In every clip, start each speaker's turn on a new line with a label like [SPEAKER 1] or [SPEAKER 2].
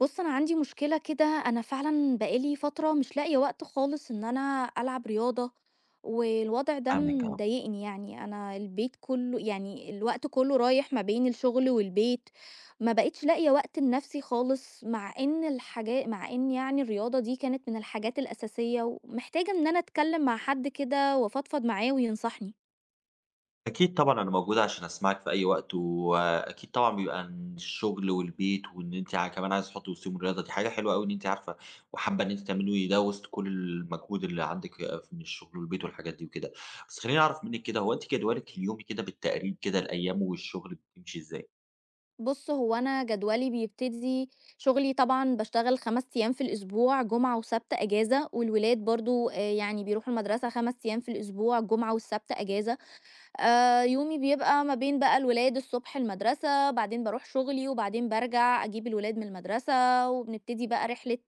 [SPEAKER 1] بُص، أنا عندي مشكلة كده، أنا فعلًا بقى لي فترة مش لاقية وقت خالص إن أنا ألعب رياضة، والوضع ده
[SPEAKER 2] فاهمِك آه.
[SPEAKER 1] مضايقني يعني. أنا البيت كله يعني الوقت كله رايح ما بين الشغل والبيت، ما بقيتش لاقية وقت لنفسي خالص، مع إن مع إن يعني الرياضة دي كانت من الحاجات الأساسية، ومحتاجة إن أنا أتكلم مع حد كده وأفضفض معاه وينصحني.
[SPEAKER 2] أكيد طبعًا أنا موجود عشان أسمعِك في أي وقت، وأكيد طبعًا بيبقى إن الشغل والبيت وإن أنتِ ع كمان عايزة تحطّي وسطيهم الرياضة، دي حاجة حلوة أوي إن أنتِ عارفة وحابة إن أنتِ تعملي ده وسط كل المجهود اللي عندِك من الشغل والبيت والحاجات دي وكده. بس خلّيني أعرف منِّك كده، هو أنتِ جدولِك اليومي كده بالتقريب كده الأيام والشغل بتمشي إزاي؟
[SPEAKER 1] بُص، هو أنا جدولي بيبتدي شغلي طبعًا، باشتغل 5 أيام في الأسبوع، جمعة وسبت أجازة، والولاد برضه يعني بيروحوا المدرسة 5 أيام في الأسبوع، الجمعة والسبت أجازة. يومي بيبقى ما بين بقى الولاد الصبح المدرسة، بعدين باروح شغلي، وبعدين بارجع أجيب الولاد من المدرسة، وبنبتدي بقى رحلة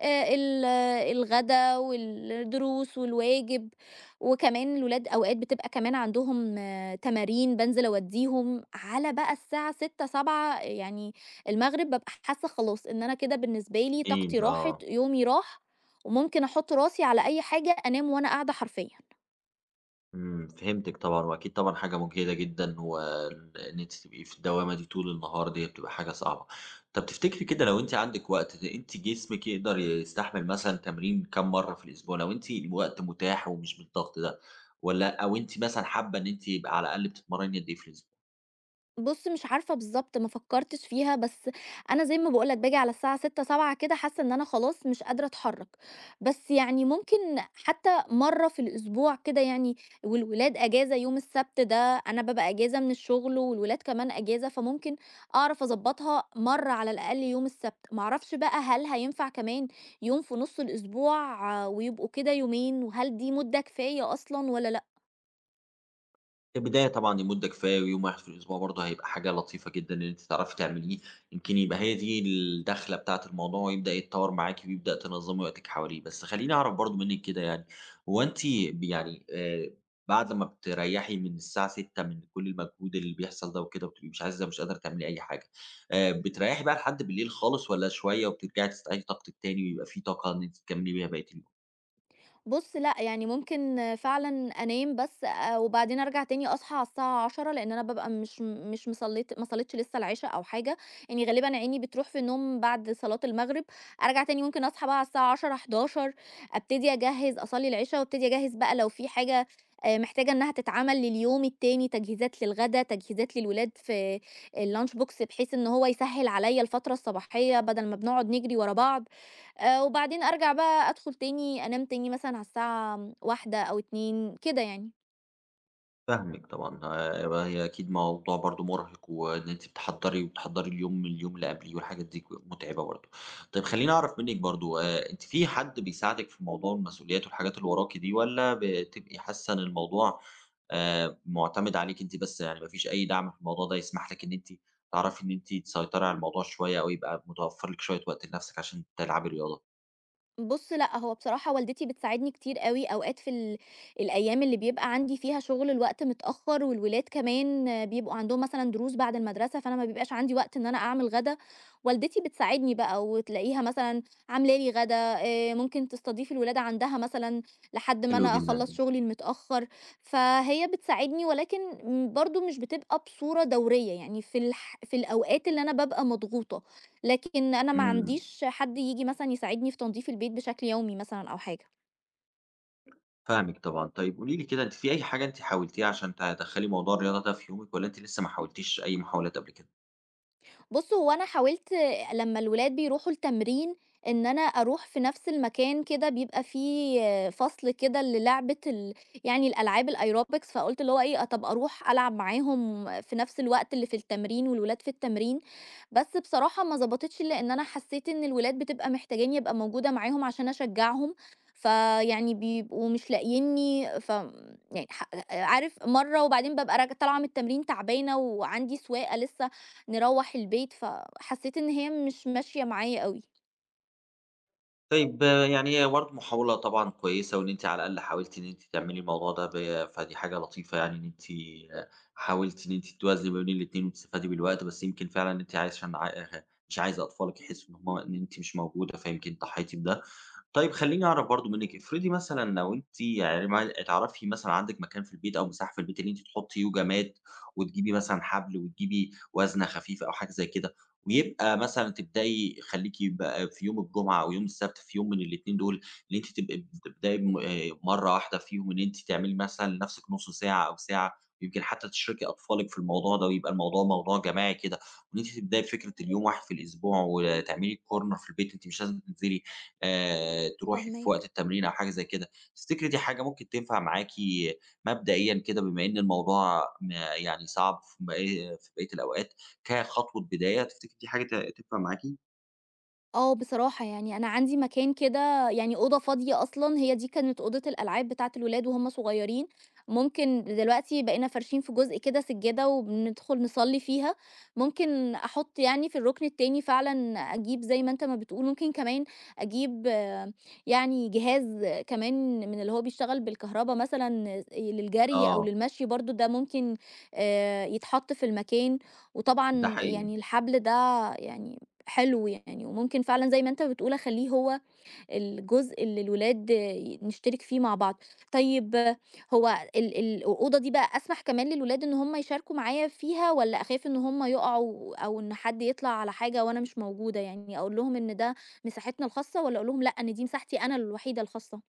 [SPEAKER 1] ال آه، الغدا والدروس والواجب. وكمان الولاد أوقات بتبقى كمان عندهم تمارين بانزل أودّيهم، على بقى الساعة 18:00، 19:00 يعني المغرب، بابقى حاسة خلاص إن أنا كده بالنسبة لي طاقتي
[SPEAKER 2] إمم،
[SPEAKER 1] راحت،
[SPEAKER 2] آه.
[SPEAKER 1] يومي راح، وممكن أحُط راسي على أي حاجة أنام وأنا قاعدة حرفيًا.
[SPEAKER 2] إمم، فهمتِك طبعًا، وأكيد طبعًا حاجة مُجهدة جدًا، وإن أنتِ تبقي في الدوامة دي طول النهار ديّة بتبقى حاجة صعبة. طَب تفتكري كده لو أنتِ عندِك وقت، أنتِ جسمِك يقدر يستحمل مثلًا تمرين كام مرّة في الأسبوع لو أنتِ الوقت متاح ومش بالضغط ده، والّا أنتِ مثلًا حابة إن أنتِ يبقى على الأقل بتتمرّني قد إيه في الأسبوع؟
[SPEAKER 1] بُص، مش عارفة بالضبط، ما فكّرتش فيها، بس أنا زي ما باقول لك باجي على الساعة 18:00، 19:00 كده حاسة إن أنا خلاص مش قادرة أتحرّك، بس يعني ممكن حتى مرّة في الأسبوع كده يعني. والولاد أجازة يوم السبت، ده أنا بابقى أجازة من الشغل والولاد كمان أجازة، فممكن أعرف أضبّطها مرّة على الأقل يوم السبت، ما أعرفش بقى هل هينفع كمان يوم في نُص الأسبوع، ويبقوا كده يومين، وهل دي مدة كفاية أصلًا والّا لأ؟
[SPEAKER 2] كبداية طبعًا المدة كفاية ويوم واحد في الأسبوع برضه هيبقى حاجة لطيفة جدًا إن أنتِ تعرفي تعمليه، يمكن يبقى هي دي الدخلة بتاعة الموضوع ويبدأ يتطور معاكِ ويبدأ تنظّمي وقتِك حواليه. بس خلّيني أعرف برضه منِّك كده يعني، هو أنتِ يعني بعد ما بتريّحي من الساعة 18:00 من كل المجهود اللي بيحصل ده وكده وبتبقي مش عايزة مش قادرة تعملي أي حاجة، بتريّحي بقى لحد بالليل خالص والّا شوية وبترجعي تستعيدي طاقتِك تاني ويبقى في طاقة إن أنتِ تكمّلي بيها بقية اليوم؟
[SPEAKER 1] بُص لأ، يعني ممكن فعلًا أنام بس، وبعدين أرجع تاني أصحى على الساعة 22:00 لإن أنا بابقى مش مش مصليت ما صليتش لسه العشا أو حاجة. يعني غالبًا عيني بتروح في النوم بعد صلاة المغرب، أرجع تاني ممكن أصحى بقى على الساعة 22:00، 23:00 أبتدي أجهّز أصلي العشا وأبتدي أجهّز بقى لو في حاجة محتاجة إنها تتعمل لليوم التاني، تجهيزات للغدا، تجهيزات للولاد في الlunch box، بحيث إن هو يسهّل عليّا الفترة الصباحية بدل ما بنقعد نجري ورا بعض. وبعدين أرجع بقى أدخل تاني أنام تاني مثلًا على الساعة 01:00 أو 02:00 كده يعني.
[SPEAKER 2] فاهمِك طبعًا. هي أكيد موضوع برضه مرهق، وإن أنتِ بتحضّري اليوم من اليوم اللي قبليه والحاجات دي متعبة برضه. طيب خلّيني أعرف منِّك برضه، أنتِ في حد بيساعدِك في موضوع المسؤوليات والحاجات اللي وراكِ دي، والّا بتبقي حاسة إن الموضوع مُعتمد عليكِ أنتِ بس، يعني ما فيش أي دعم في الموضوع ده يسمح لِك إن أنتِ تعرفي إن أنتِ تسيطري على الموضوع شوية، أو يبقى متوفّر لِك شوية وقت لنَفْسِك عشان تلعبي رياضة؟
[SPEAKER 1] بُص لأ، هو بصراحة والدتي بتساعدني كتير أوي، أوقات في الأيام اللي بيبقى عندي فيها شغل الوقت متأخّر، والولاد كمان بيبقوا عندهم مثلًا دروس بعد المدرسة، فأنا ما بيبقاش عندي وقت إن أنا أعمل غدا، والدتي بتساعدني بقى وتلاقيها مثلًا عاملة لي غدا، ممكن تستضيف الولاد عندها مثلًا لحد ما
[SPEAKER 2] حلو
[SPEAKER 1] أنا
[SPEAKER 2] جدًا،
[SPEAKER 1] أخلّص شغلي المتأخّر، فهي بتساعدني، ولكن برضه مش بتبقى بصورة دورية، يعني في الأوقات اللي أنا بابقى مضغوطة. لكن أنا ما
[SPEAKER 2] إمم.
[SPEAKER 1] عنديش حد ييجي مثلًا يساعدني في تنضيف البيت بشكل يومي مثلًا أو حاجة.
[SPEAKER 2] فاهمِك طبعًا. طيب قولي لي كده، أنتِ في أي حاجة أنتِ حاولتيها عشان تدخّلي موضوع الرياضة ده في يومِك والّا أنتِ لسه ما حاولتيش أي محاولات قبل كده؟
[SPEAKER 1] بُص، هو أنا حاولت لمّا الولاد بيروحوا التمرين إن أنا أروح في نفس المكان كده، بيبقى فيه فصل كده للعبة ال يعني الألعاب الaerobics، فقُلت اللي هو إيه، طَب أروح ألعب معاهم في نفس الوقت اللي في التمرين والولاد في التمرين. بس بصراحة ما ضبطتش، لإن أنا حسيت إن الولاد بتبقى محتاجاني أبقى موجودة معاهم عشان أشجعهم، فيعني بيبقوا مش لاقيينّي يعني عارف مرّة، وبعدين بابقى طالعة من التمرين تعبانة وعندي سواقة لسه نروّح البيت، فحسّيت إن هي مش ماشية معايا أوي.
[SPEAKER 2] طيب يعني هي برضه محاولة طبعًا كويسة، وإن أنتِ على الأقل حاولتِ إن أنتِ تعملي الموضوع ده فدي حاجة لطيفة يعني، إن أنتِ حاولتِ إن أنتِ توازني بين الاتنين وتستفادي بالوقت، بس يمكن فعلًا أنتِ عشان مش عايزة أطفالِك يحسّوا إن أنتِ مش موجودة، فيمكن ضحّيتِ بده. طيب خلّيني أعرف برضه منِّك، افرضي مثلًا لو أنتِ يعني تعرفي مثلًا عندِك مكان في البيت أو مساحة في البيت اللي أنتِ تحطّي يُجامات وتجيبي مثلًا حبل وتجيبي وزنة خفيفة أو حاجة زي كده، ويبقى مثلًا تبدئي خلّيكِ بقى في يوم الجمعة أو يوم السبت، في يوم من الاتنين دول، إن أنتِ تبقي بتبدئي بم مرّة واحدة فيهم، إن أنتِ تعملي مثلًا لنفسِك نُص ساعة أو ساعة، ويمكن حتى تشركي أطفالِك في الموضوع ده ويبقى الموضوع موضوع جماعي كده، وإن أنتِ تبدئي بفكرة اليوم واحد في الأسبوع وتعملي corner في البيت. أنتِ مش لازم تنزلي، تروحي في
[SPEAKER 1] فاهماك.
[SPEAKER 2] وقت التمرين أو حاجة زي كده. تفتكري دي حاجة ممكن تنفع معاكِ مبدئيًا كده؟ بما إن الموضوع يعني صعب في بقية الأوقات، كخطوة بداية، تفتكري دي حاجة تنفع معاكِ؟
[SPEAKER 1] آه، بصراحة يعني أنا عندي مكان كده، يعني أوضة فاضية أصلًا، هي دي كانت أوضة الألعاب بتاعة الولاد وهُم صغيرين، ممكن دلوقتي بقينا فارشين في جزء كده سجادة وبندخل نصلي فيها، ممكن أحط يعني في الركن التاني فعلًا أجيب زي ما أنت ما بتقول، ممكن كمان أجيب يعني جهاز كمان من اللي هو بيشتغل بالكهربا مثلًا للجري أو
[SPEAKER 2] آه،
[SPEAKER 1] للمشي، برضه ده ممكن يتحط في المكان، وطبعًا
[SPEAKER 2] ده حقيقي.
[SPEAKER 1] يعني الحبل ده يعني حلو يعني، وممكن فعلًا زي ما أنت بتقول أخلّيه هو الجزء اللي الولاد نشترك فيه مع بعض. طيب، هو ال ال الأوضة دي بقى أسمح كمان للولاد إن هم يشاركوا معايا فيها، والّا أخاف إن هم يُقعوا أو إن حد يطلع على حاجة وأنا مش موجودة؟ يعني أقول لهم إن ده مساحتنا الخاصة، والّا أقول لهم لأ، إن دي مساحتي أنا الوحيدة الخاصة؟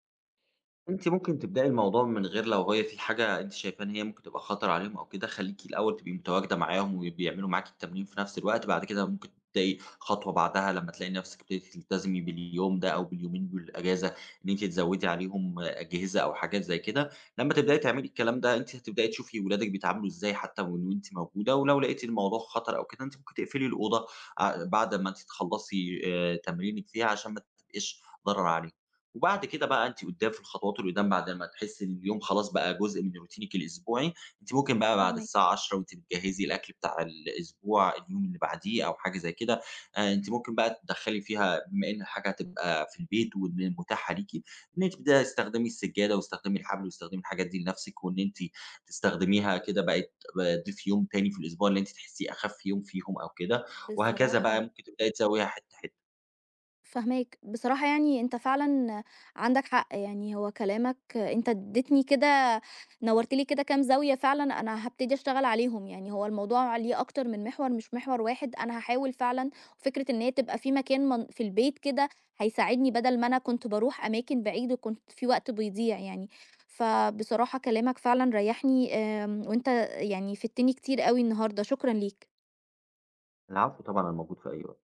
[SPEAKER 2] أنتِ ممكن تبدئي الموضوع من غير، لو هي في حاجة أنتِ شايفاها إن هي ممكن تبقى خطر عليهم أو كده، خلّيكِ الأول تبقي متواجدة معاهم وبيعملوا معاكِ التمرين في نفس الوقت، بعد كده ممكن تبدئي خطوة بعدها لمّا تلاقي نفسِك ابتديتِ تلتزمي باليوم ده أو باليومين بالأجازة، إن أنتِ تزوّدي عليهم أجهزة أو حاجات زي كده. لمّا تبدئي تعملي الكلام ده، أنتِ هتبدئي تشوفي ولادِك بيتعاملوا إزاي حتى من وأنتِ موجودة، ولو لقيتِ الموضوع خطر أو كده، أنتِ ممكن تقفلي الأوضة بعد ما أنتِ تخلّصي تمرينِك فيها عشان ما تبقيش ضرر عليهم. وبعد كده بقى أنتِ قدّام، في الخطوات اللي قدّام بعد ما تحسّي إن اليوم خلاص بقى جزء من روتينِك الأسبوعي، أنتِ ممكن بقى بعد
[SPEAKER 1] فاهماك.
[SPEAKER 2] الساعة 22:00 وأنتِ بتجهّزي الأكل بتاع الأسبوع اليوم اللي بعديه أو حاجة زي كده، أنتِ ممكن بقى تدخّلي فيها، بما إن الحاجة هتبقى في البيت وإن متاحة ليكِ، إن أنتِ تبدئي تستخدمي السجادة واستخدمي الحبل واستخدمي الحاجات دي لنَفْسِك، وإن أنتِ تستخدميها كده بقت ضيف يوم تاني في الأسبوع اللي أنتِ تحسّيه أخَف يوم فيهم أو كده، وهكذا بقى
[SPEAKER 1] بصراحة
[SPEAKER 2] ممكن تبدئي تسوّيها حتّة، حتّة.
[SPEAKER 1] فاهماك. بصراحة يعني أنت فعلًا عندك حق، يعني هو كلامك أنت ادّيتني كده، نوّرت لي كده كام زاوية فعلًا أنا هابتدي أشتغل عليهم، يعني هو الموضوع ليه أكتر من محور مش محور واحد، أنا هاحاول فعلًا فكرة إن هي تبقى في مكان في البيت كده، هيساعدني بدل ما أنا كنت باروح أماكن بعيد وكنت في وقت بيضيع يعني. فبصراحة كلامك فعلًا ريّحني، وأنت يعني فدتني كتير أوي النهارده، شكرًا ليك.
[SPEAKER 2] العفو طبعًا، أنا موجود في أي وقت.